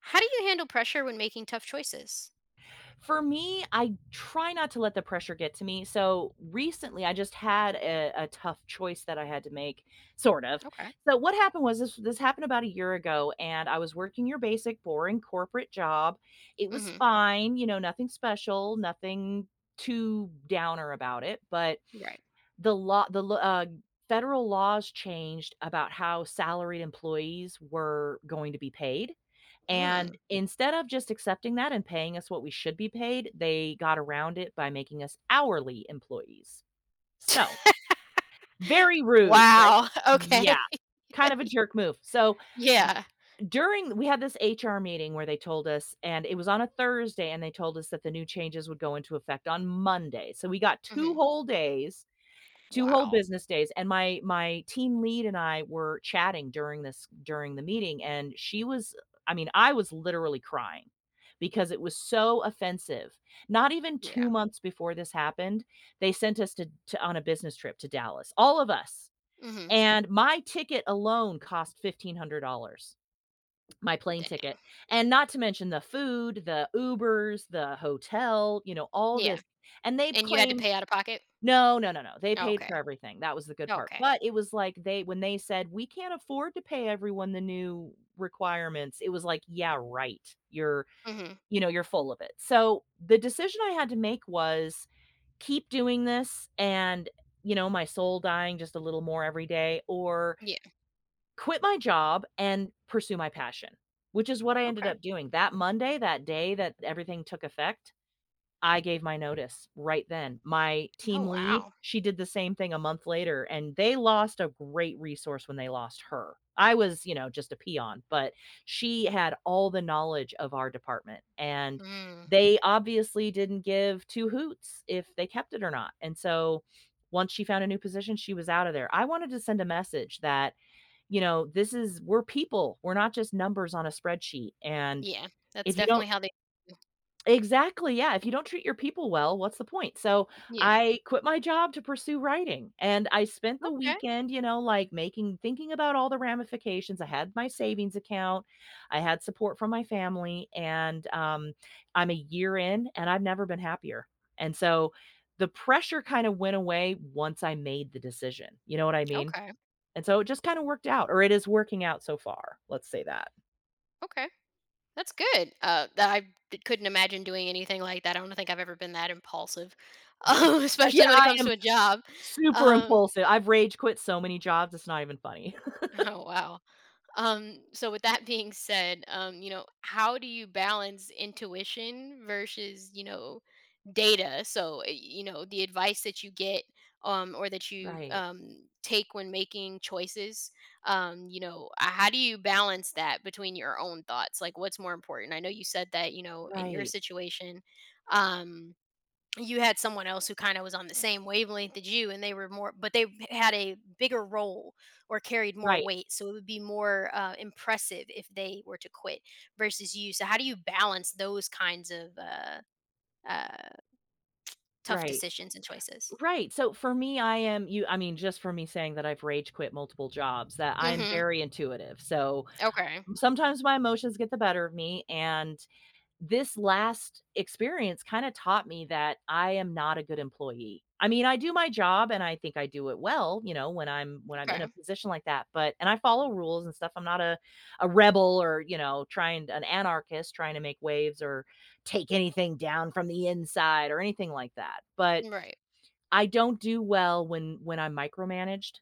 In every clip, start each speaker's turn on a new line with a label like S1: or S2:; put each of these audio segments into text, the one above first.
S1: How do you handle pressure when making tough choices?
S2: For me, I try not to let the pressure get to me. So recently, I just had a tough choice that I had to make, sort of.
S1: Okay.
S2: So what happened was this: this happened about a year ago, and I was working your basic, boring corporate job. It was
S1: Mhm.
S2: fine, you know, nothing special, nothing too downer about it. But
S1: Right.
S2: the law, the lo- federal laws changed about how salaried employees were going to be paid. And
S1: Mm.
S2: instead of just accepting that and paying us what we should be paid, they got around it by making us hourly employees. So, very rude, right?
S1: Wow. Okay.
S2: Yeah, kind of a jerk move. So,
S1: Yeah.
S2: during we had this HR meeting where they told us and it was on a Thursday and they told us that the new changes would go into effect on Monday. So, we got 2
S1: Mhm.
S2: whole days, 2 whole
S1: Wow.
S2: business days, and my team lead and I were chatting during this during the meeting, and she was I mean, I was literally crying because it was so offensive. Not even 2
S1: Yeah.
S2: months before this happened, they sent us to on a business trip to Dallas, all of us,
S1: Mhm.
S2: and my ticket alone cost $1,500, my plane
S1: Dang.
S2: ticket, and not to mention the food, the Ubers, the hotel, all
S1: Yeah.
S2: this, and they
S1: And you had to
S2: claimed
S1: pay out of pocket?
S2: no, no, no, no, they paid
S1: Okay.
S2: for everything, that was the good part,
S1: Okay.
S2: but it was like they when they said, "We can't afford to pay everyone the new requirements," it was like, "Yeah, right,
S1: Mhm.
S2: you're full of it." So, the decision I had to make was keep doing this and, my soul dying just a little more every day, or
S1: Yeah.
S2: quit my job and pursue my passion, which is what I ended
S1: Okay.
S2: up doing. That Monday, that day that everything took effect, I gave my notice right then. My team
S1: Oh,
S2: lead,
S1: wow.
S2: she did the same thing a month later, and they lost a great resource when they lost her. I was, just a peon, but she had all the knowledge of our department, and
S1: Mm.
S2: they obviously didn't give two hoots if they kept it or not. And so once she found a new position, she was out of there. I wanted to send a message that, this is we're people. We're not just numbers on a spreadsheet. And
S1: Yeah. That's
S2: if you
S1: definitely
S2: don't
S1: how they.
S2: exactly, yeah, if you don't treat your people well, what's the point? So,
S1: Yeah.
S2: I quit my job to pursue writing, and I spent the
S1: Okay.
S2: weekend, making thinking about all the ramifications. I had my savings account, I had support from my family, and, I'm a year in, and I've never been happier, and so, the pressure kinda went away once I made the decision, you know what I mean?
S1: Okay.
S2: And so, it just kinda worked out, or it is working out so far, let's say that.
S1: Okay. That's good. I couldn't imagine doing anything like that. I don't think I've ever been that impulsive, especially when
S2: Yeah.
S1: it comes to a job.
S2: Super
S1: Um,
S2: impulsive. I've rage quit so many jobs, it's not even funny.
S1: oh, wow. So with that being said, how do you balance intuition versus, data? So, the advice that you get or that you
S2: Right,
S1: take when making choices. How do you balance that between your own thoughts? Like what's more important? I know you said that, in your
S2: right,
S1: situation, um you had someone else who kind of was on the same wavelength as you and they were more but they had a bigger role or carried more
S2: Right,
S1: weight so it would be more impressive if they were to quit versus you. So how do you balance those kinds of uh, tough
S2: right,
S1: decisions and choices.
S2: right. So for me, I am you I mean, just for me saying that I've rage quit multiple jobs, that I am
S1: Mm-hmm.
S2: very intuitive. So
S1: Okay.
S2: sometimes my emotions get the better of me, and this last experience kind of taught me that I am not a good employee. I mean, I do my job and I think I do it well, you know, when I'm in a
S1: Okay.
S2: position like that, but and I follow rules and stuff. I'm not a rebel or, trying an anarchist trying to make waves or take anything down from the inside or anything like that. But
S1: Right.
S2: I don't do well when I'm micromanaged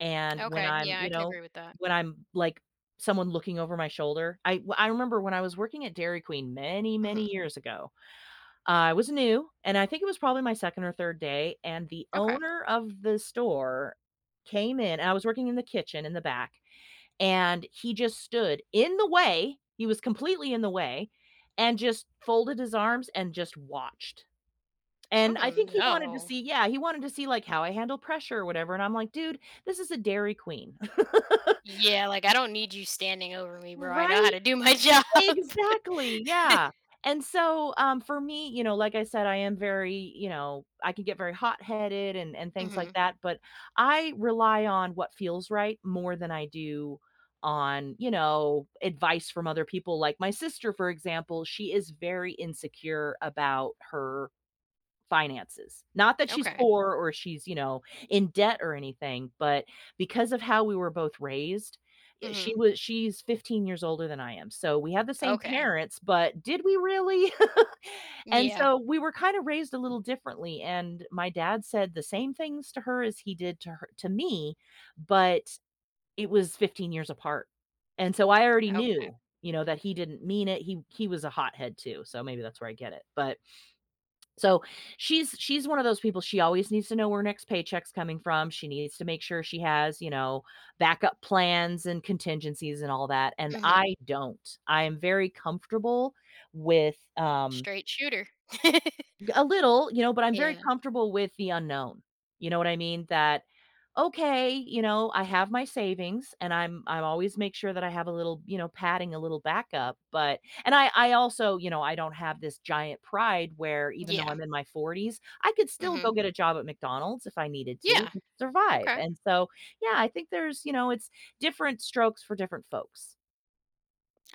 S2: and when
S1: Okay.
S2: I'm,
S1: Yeah, I can agree with that.
S2: when I'm, like, someone looking over my shoulder. I remember when I was working at Dairy Queen many, many
S1: Hmm.
S2: years ago. I was new, and I think it was probably my 2nd or 3rd day, and the
S1: Okay.
S2: owner of the store came in and I was working in the kitchen in the back, and he just stood in the way, he was completely in the way, and just folded his arms and just watched. And
S1: Oh
S2: I think he wanted to
S1: no.
S2: see yeah, he wanted to see, like, how I handle pressure or whatever, and I'm like, "Dude, this is a Dairy Queen."
S1: Yeah, like I don't need you standing over me, bro. I know how
S2: Right?
S1: to do my job.
S2: Exactly, yeah. And so, for me, you know, like I said, I am very, I can get very hot-headed and things like
S1: Hmm.
S2: that, but I rely on what feels right more than I do on, advice from other people. Like, my sister, for example, she is very insecure about her finances. Not that she's
S1: Okay.
S2: poor or she's, in debt or anything, but because of how we were both raised, yeah,
S1: Hmm.
S2: she's 15 years older than I am. So we have the same
S1: Okay.
S2: parents, but did we really? And
S1: Yeah.
S2: so we were kind of raised a little differently, and my dad said the same things to her as he did to me, but it was 15 years apart. And so I already
S1: Okay.
S2: knew, that he didn't mean it. He was a hothead too. So maybe that's where I get it. But so she's one of those people, she always needs to know where her next paycheck's coming from. She needs to make sure she has, backup plans and contingencies and all that, and
S1: Mhm.
S2: I don't. I am very comfortable with,
S1: Straight shooter.
S2: a little, but I'm very
S1: Yeah.
S2: comfortable with the unknown. You know what I mean? That Okay, you know, I have my savings, and I always make sure that I have a little, padding, a little backup, but and I also, I don't have this giant pride where even though
S1: Yeah.
S2: I'm in my 40s, I could still
S1: Mhm.
S2: go get a job at McDonald's if I needed to
S1: Yeah.
S2: and survive.
S1: Okay.
S2: And so, yeah, I think there's, it's different strokes for different folks.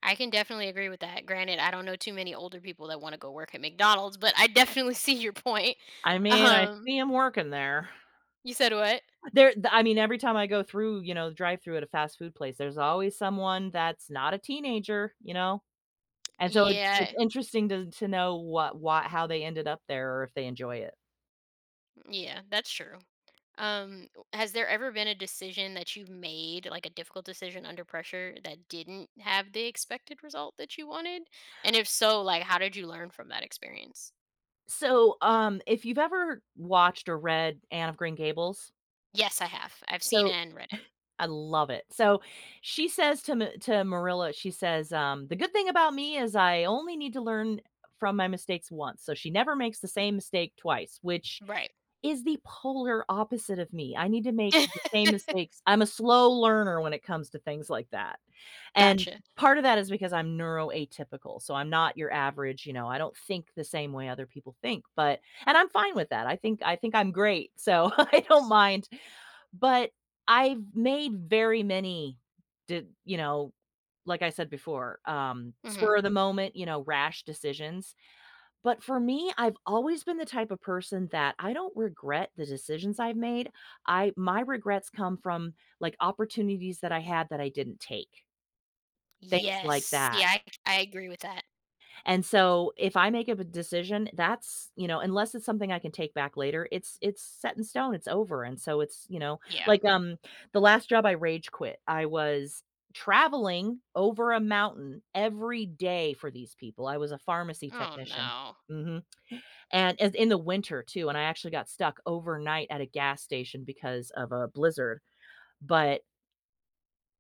S1: I can definitely agree with that. Granted, I don't know too many older people that wanna go work at McDonald's, but I definitely see your point.
S2: I mean, I
S1: Um,
S2: see 'em working there.
S1: you said what?
S2: There th I mean, every time I go through, the drive-through at a fast food place, there's always someone that's not a teenager, you know? And so it it's
S1: Yeah.
S2: interesting to know what how they ended up there or if they enjoy it.
S1: Yeah, that's true. Um, has there ever been a decision that you made, like a difficult decision under pressure that didn't have the expected result that you wanted? And if so, like, how did you learn from that experience?
S2: So, if you've ever watched or read Anne of Green Gables,
S1: Yes, I have. I've seen it
S2: so
S1: and read
S2: I love it. So she says to Ma to Marilla, she says, "The good thing about me is I only need to learn from my mistakes once." So she never makes the same mistake twice, which
S1: it. Right.
S2: is the polar opposite of me. I need to make the same mistakes. I'm a slow learner when it comes to things like that. And
S1: Gotcha.
S2: part of that is because I'm neuroatypical. So I'm not your average, you know, I don't think the same way other people think, but and I'm fine with that. I think I'm great. So I don't mind, but I've made very many did, you know, like I said before,
S1: Mhm.
S2: spur of the moment, rash decisions, but for me, I've always been the type of person that I don't regret the decisions I've made. I My regrets come from, like, opportunities that I had that I didn't take, things like
S1: Yes.
S2: that.
S1: Yeah, I agree with that.
S2: And so, if I make a b decision, that's unless it's something I can take back later, it's set in stone, it's over, and so it's
S1: Yeah.
S2: like, the last job I rage quit, I was traveling over a mountain every day for these people. I was a pharmacy
S1: Oh,
S2: technician.
S1: no.
S2: Mhm. And as in the winter too, and I actually got stuck overnight at a gas station because of a blizzard, but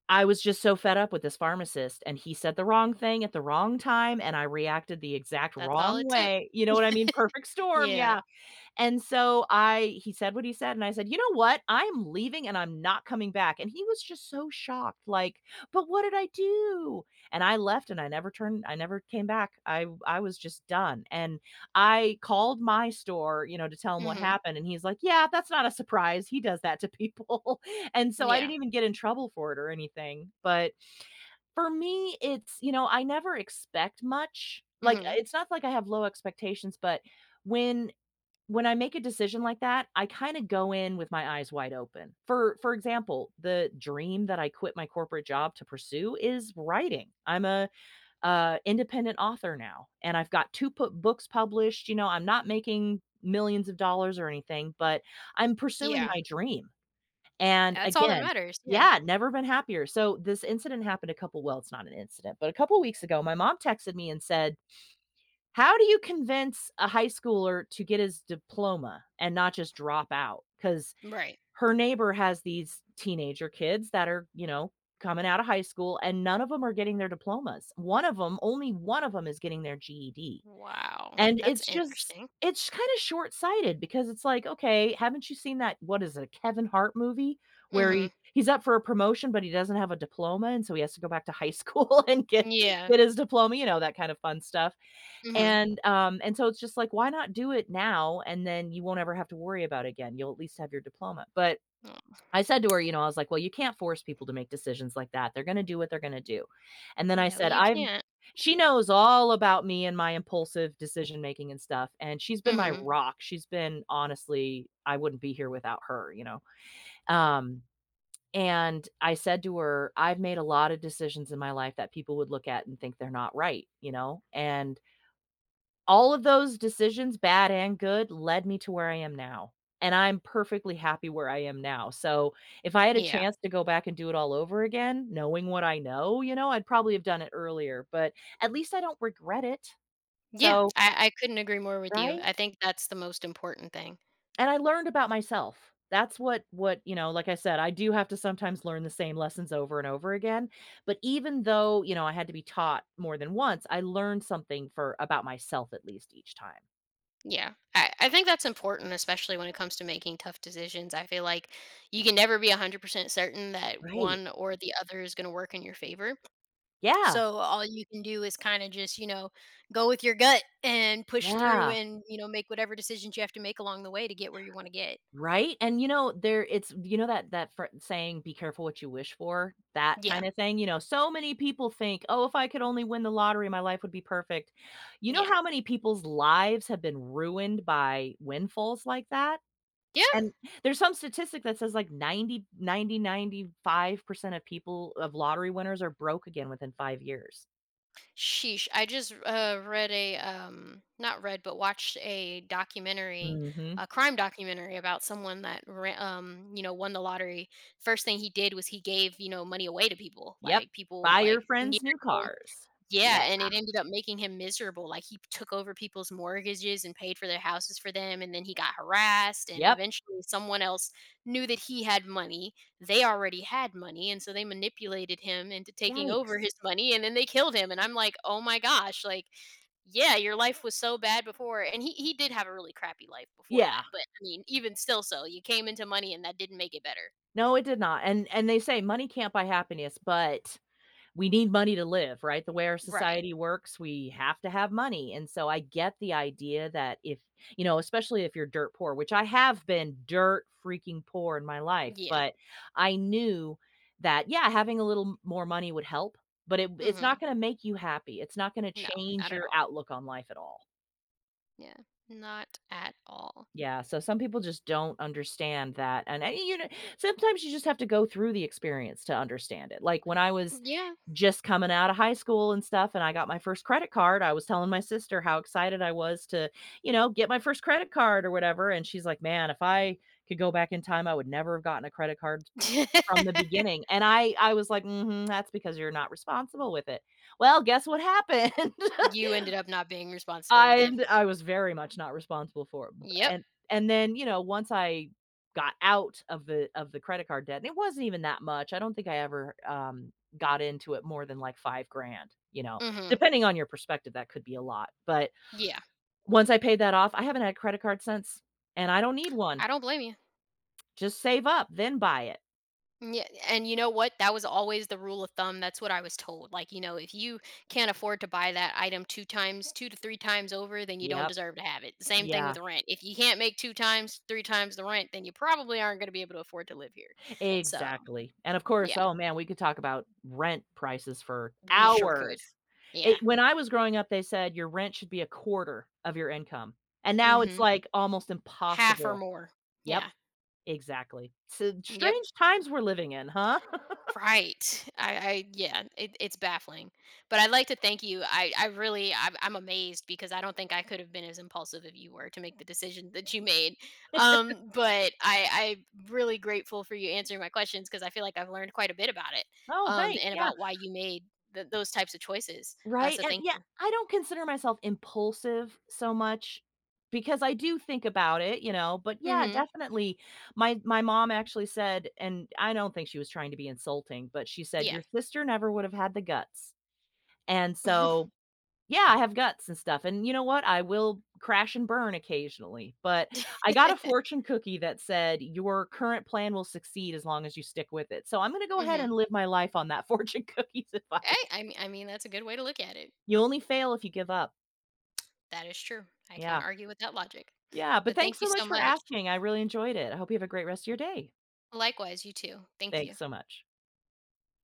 S2: I was just so fed up with this pharmacist, and he said the wrong thing at the wrong time, and I reacted the exact
S1: That's all
S2: wrong
S1: it took.
S2: way, you know what I mean? Perfect storm,
S1: Yeah.
S2: yeah. And so I he said what he said, and I said, "You know what? I'm leaving and I'm not coming back." And he was just so shocked, like, "But what did I do?" And I left, and I never turned I never came back. I was just done. And I called my store, you know, to tell him what
S1: Mhm.
S2: happened, and he's like, "Yeah, that's not a surprise. He does that to people." And so I
S1: Yeah.
S2: didn't even get in trouble for it or anything. But for me, it's, I never expect much. Like,
S1: Mhm.
S2: it's not like I have low expectations, but when when I make a decision like that, I kinda go in with my eyes wide open. For example, the dream that I quit my corporate job to pursue is writing. I'm a, independent author now, and I've got 2 pu books published. You know, I'm not making millions of dollars or anything, but I'm pursuing
S1: Yeah.
S2: my dream, and
S1: That's all that
S2: again.
S1: matters. Yeah.
S2: Yeah, never been happier. So, this incident happened a couple Well, it's not an incident, but a couple weeks ago, my mom texted me and said, how do you convince a high schooler to get his diploma and not just drop out? Because
S1: Right.
S2: her neighbor has these teenager kids that are, you know, coming out of high school and none of them are getting their diplomas. One of them, only one of them is getting their GED.
S1: Wow.
S2: And
S1: That's
S2: it's just,
S1: interesting.
S2: it's kind of short sighted because it's like, okay, haven't you seen that? What is it, a Kevin Hart movie where
S1: Mhm.
S2: he's up for a promotion, but he doesn't have a diploma. And so he has to go back to high school and
S1: Yeah.
S2: get his diploma, you know, that kind of fun stuff.
S1: Mhm.
S2: And so it's just like, why not do it now? And then you won't ever have to worry about it again. You'll at least have your diploma. But
S1: Oh,
S2: I said to her, you know, I was like, well, you can't force people to make decisions like that. They're going to do what they're going to do. And then I
S1: no,
S2: said,
S1: you can't.
S2: she knows all about me and my impulsive decision making and stuff. And she's been my
S1: Mhm.
S2: rock. She's been, honestly, I wouldn't be here without her, you know? Um, and I said to her, I've made a lot of decisions in my life that people would look at and think they're not right, you know? And all of those decisions, bad and good, led me to where I am now, and I'm perfectly happy where I am now. So, if I had a
S1: Yeah.
S2: chance to go back and do it all over again, knowing what I know, you know, I'd probably have done it earlier, but at least I don't regret it.
S1: Yeah.
S2: So
S1: I couldn't agree more with you.
S2: right?
S1: I think that's the most important thing.
S2: And I learned about myself. That's what, you know, like I said, I do have to sometimes learn the same lessons over and over again, but even though, you know, I had to be taught more than once, I learned something for about myself at least each time.
S1: Yeah. I think that's important, especially when it comes to making tough decisions. I feel like you can never be 100% certain that
S2: Right.
S1: one or the other is going to work in your favor.
S2: Yeah.
S1: So all you can do is kind of just, go with your gut and push through
S2: Yeah.
S1: and, make whatever decisions you have to make along the way to get where you want to get.
S2: Right? And, you know, there it's you know that that fr saying, "Be careful what you wish for," that
S1: Yeah.
S2: kind of thing. You know, so many people think, "Oh, if I could only win the lottery, my life would be perfect." You know
S1: Yeah.
S2: how many people's lives have been ruined by windfalls like that?
S1: Yeah.
S2: And there's some statistic that says like 95% of people of lottery winners are broke again within 5 years.
S1: Sheesh. I just read a not read but watched a documentary,
S2: Mhm.
S1: a crime documentary about someone that won the lottery. First thing he did was he gave money away to
S2: Yep.
S1: people
S2: Buy your
S1: like near.
S2: friends new cars. Yeah.
S1: Yeah, and it ended up making him miserable, like, he took over people's mortgages and paid for their houses for them, and then he got harassed, and
S2: Yep.
S1: eventually someone else knew that he had money. They already had money, and so they manipulated him into taking over
S2: Yikes.
S1: his money, and then they killed him, and I'm like, "Oh my gosh," like, "Yeah, your life was so bad before," and he did have a really crappy life before
S2: Yeah.
S1: that, but, I mean, even still so, you came into money and that didn't make it better.
S2: No, it did not. And they say money can't buy happiness, but we need money to live, right? The way our
S1: Right.
S2: society works, we have to have money, and so I get the idea that if, you know, especially if you're dirt poor, which I have been dirt freaking poor in my life,
S1: Yeah.
S2: but I knew that, yeah, having a little m more money would help, but it's not
S1: Mhm.
S2: gonna make you happy, it's not gonna
S1: No,
S2: change
S1: not at
S2: your
S1: all.
S2: outlook on life at all.
S1: Yeah, not at all.
S2: Yeah, so some people just don't understand that, and you know, sometimes you just have to go through the experience to understand it. Like when I was
S1: Yeah.
S2: just coming out of high school and stuff, and I got my first credit card, I was telling my sister how excited I was to, you know, get my first credit card or whatever, and she's like, "Man, if I could go back in time, I would never have gotten a credit card from the beginning." And I was like, "Mhm, that's because you're not responsible with it." Well, guess what happened?
S1: You ended up not being responsible with it.
S2: I was very much not responsible for it, b
S1: Yep.
S2: and then, you know, once I got out of the credit card debt, and it wasn't even that much, I don't think I ever, got into it more than, like, 5 grand, you know?
S1: Mhm.
S2: Depending on your perspective, that could be a lot, but
S1: Yeah.
S2: once I paid that off, I haven't had a credit card since, and I don't need one.
S1: I don't blame you.
S2: Just save up, then buy it.
S1: Yeah, and you know what? That was always the rule of thumb. That's what I was told. Like, if you can't afford to buy that item 2 times, 2 to 3 times over, then you don't
S2: Yep.
S1: deserve to have it. Same thing
S2: Yeah.
S1: with rent. If you can't make 2 times, 3 times the rent, then you probably aren't going to be able to afford to live here. So,
S2: Exactly, and of
S1: yeah,
S2: course, oh man, we could talk about rent prices for
S1: we sure could.
S2: hours. It
S1: Yeah.
S2: When I was growing up, they said your rent should be a quarter of your income, and now it's,
S1: Mhm.
S2: like, almost
S1: Half or
S2: impossible.
S1: more.
S2: Yep,
S1: Yeah.
S2: exactly. So,
S1: Yep.
S2: strange times we're living in, huh?
S1: Right. I yeah, it's baffling. But I'd like to thank you. I really, I'm amazed because I don't think I could have been as impulsive if you were to make the decision that you made. But I'm really grateful for you answering my questions because I feel like I've learned quite a bit about it
S2: Oh, thanks,
S1: and
S2: yeah.
S1: about why you made those types of choices.
S2: Right,
S1: So
S2: and
S1: thank
S2: yeah,
S1: you.
S2: I don't consider myself impulsive so much because I do think about it, you know, but yeah,
S1: Mm-hmm.
S2: definitely, my mom actually said, and I don't think she was trying to be insulting, but she said,
S1: Yeah.
S2: "Your sister never would have had the guts." And so, yeah, I have guts and stuff, and you know what? I will crash and burn occasionally, but I got a fortune cookie that said, "Your current plan will succeed as long as you stick with it." So I'm gonna go ahead
S1: Mm-hmm.
S2: and live my life on that fortune cookie's advice.
S1: I mean, that's a good way to look at it.
S2: You only fail if you give up.
S1: That is true. I can't
S2: Yeah.
S1: argue with that logic.
S2: Yeah, but
S1: But thank
S2: thanks
S1: you
S2: so
S1: so
S2: much for
S1: much.
S2: asking. I really enjoyed it. I hope you have a great rest of your day.
S1: Likewise, you too. Thank
S2: Thanks
S1: you.
S2: so much.